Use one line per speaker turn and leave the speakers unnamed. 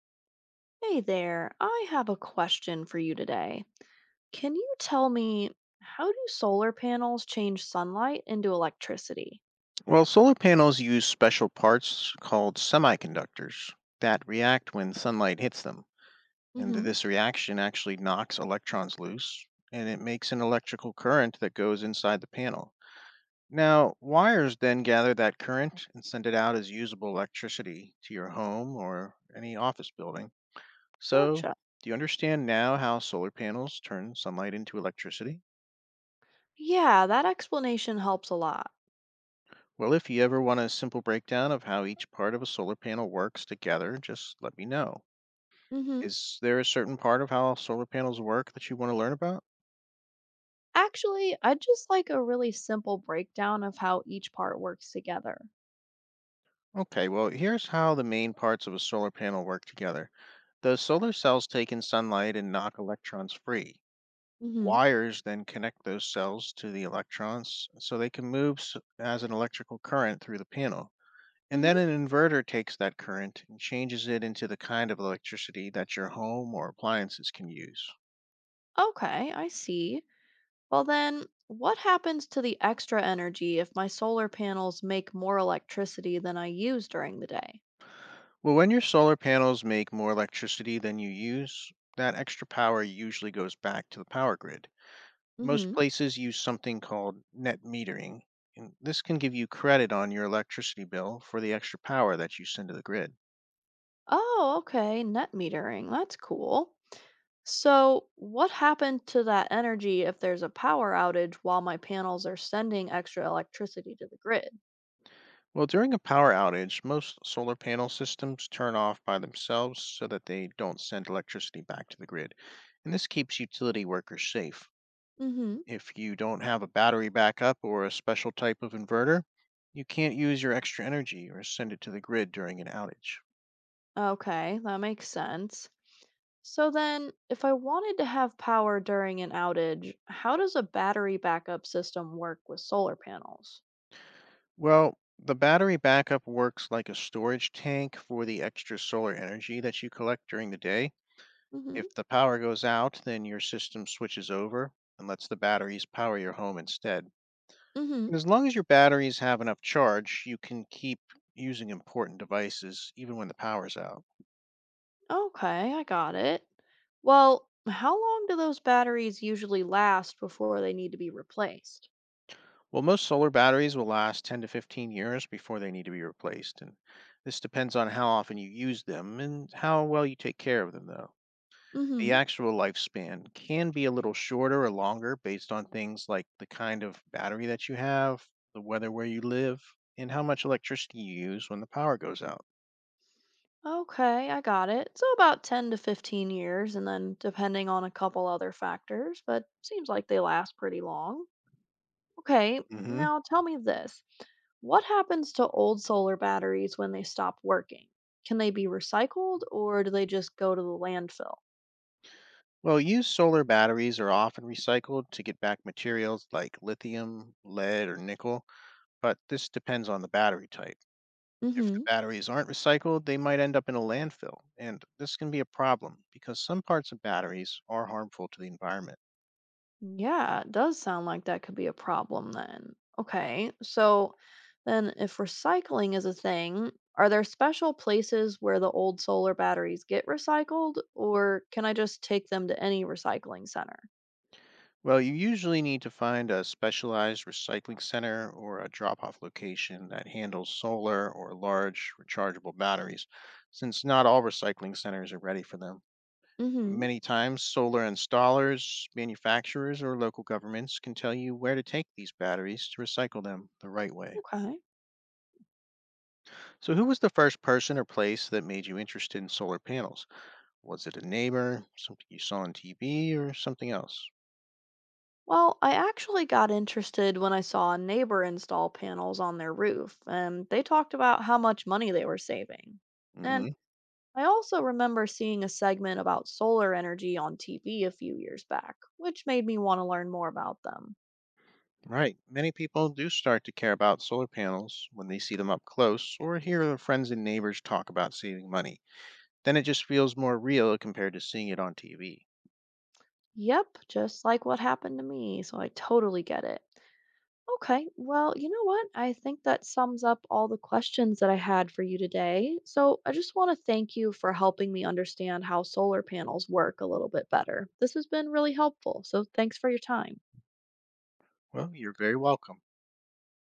Hey there, I have a question for you today. Can you tell me, how do solar panels change sunlight into electricity?
Well, solar panels use special parts called semiconductors that react when sunlight hits them. And
Mm-hmm.
this reaction actually knocks electrons loose and it makes an electrical current that goes inside the panel. Now, wires then gather that current and send it out as usable electricity to your home or any office building. So,
Gotcha.
do you understand now how solar panels turn sunlight into electricity?
Yeah, that explanation helps a lot.
Well, if you ever want a simple breakdown of how each part of a solar panel works together, just let me know.
Mm-hmm.
Is there a certain part of how solar panels work that you want to learn about?
Actually, I'd just like a really simple breakdown of how each part works together.
Okay, well, here's how the main parts of a solar panel work together. The solar cells take in sunlight and knock electrons free.
Mm-hmm.
Wires then connect those cells to the electrons so they can move as an electrical current through the panel. And
Mm-hmm.
then an inverter takes that current and changes it into the kind of electricity that your home or appliances can use.
Okay, I see. Well, then, what happens to the extra energy if my solar panels make more electricity than I use during the day?
Well, when your solar panels make more electricity than you use, that extra power usually goes back to the power grid. Most places use something called net metering, and this can give you credit on your electricity bill for the extra power that you send to the grid.
Oh, okay. Net metering. That's cool. So, what happened to that energy if there's a power outage while my panels are sending extra electricity to the grid?
Well, during a power outage, most solar panel systems turn off by themselves so that they don't send electricity back to the grid, and this keeps utility workers safe.
Hmm.
If you don't have a battery backup or a special type of inverter, you can't use your extra energy or send it to the grid during an outage.
Okay, that makes sense. So, then if I wanted to have power during an outage, how does a battery backup system work with solar panels?
Well, the battery backup works like a storage tank for the extra solar energy that you collect during the day.
Hmm.
If the power goes out, then your system switches over and lets the batteries power your home instead.
Hmm.
And as long as your batteries have enough charge, you can keep using important devices even when the power's out.
Okay, I got it. Well, how long do those batteries usually last before they need to be replaced?
Well, most solar batteries will last 10 to 15 years before they need to be replaced, and this depends on how often you use them and how well you take care of them, though.
Hmm.
The actual lifespan can be a little shorter or longer based on things like the kind of battery that you have, the weather where you live, and how much electricity you use when the power goes out.
Okay, I got it. So about 10 to 15 years, and then depending on a couple other factors, but seems like they last pretty long. Okay,
Hmm.
now tell me this. What happens to old solar batteries when they stop working? Can they be recycled or do they just go to the landfill?
Well, used solar batteries are often recycled to get back materials like lithium, lead, or nickel, but this depends on the battery type. If the
Mm.
batteries aren't recycled, they might end up in a landfill, and this can be a problem because some parts of batteries are harmful to the environment.
Yeah, it does sound like that could be a problem then. Okay, so then if recycling is a thing, are there special places where the old solar batteries get recycled, or can I just take them to any recycling center?
Well, you usually need to find a specialized recycling center or a drop off location that handles solar or large rechargeable batteries, since not all recycling centers are ready for them.
Hmm.
Many times, solar installers, manufacturers, or local governments can tell you where to take these batteries to recycle them the right way.
Okay.
So, who was the first person or place that made you interested in solar panels? Was it a neighbor, something you saw on TV, or something else?
Well, I actually got interested when I saw a neighbor install panels on their roof, and they talked about how much money they were saving. And
Hmm.
I also remember seeing a segment about solar energy on TV a few years back, which made me want to learn more about them.
Right. Many people do start to care about solar panels when they see them up close or hear their friends and neighbors talk about saving money. Then it just feels more real compared to seeing it on TV.
Yep, just like what happened to me, so I totally get it. Okay, well, you know what? I think that sums up all the questions that I had for you today. So I just want to thank you for helping me understand how solar panels work a little bit better. This has been really helpful, so thanks for your time.
Well, you're very welcome.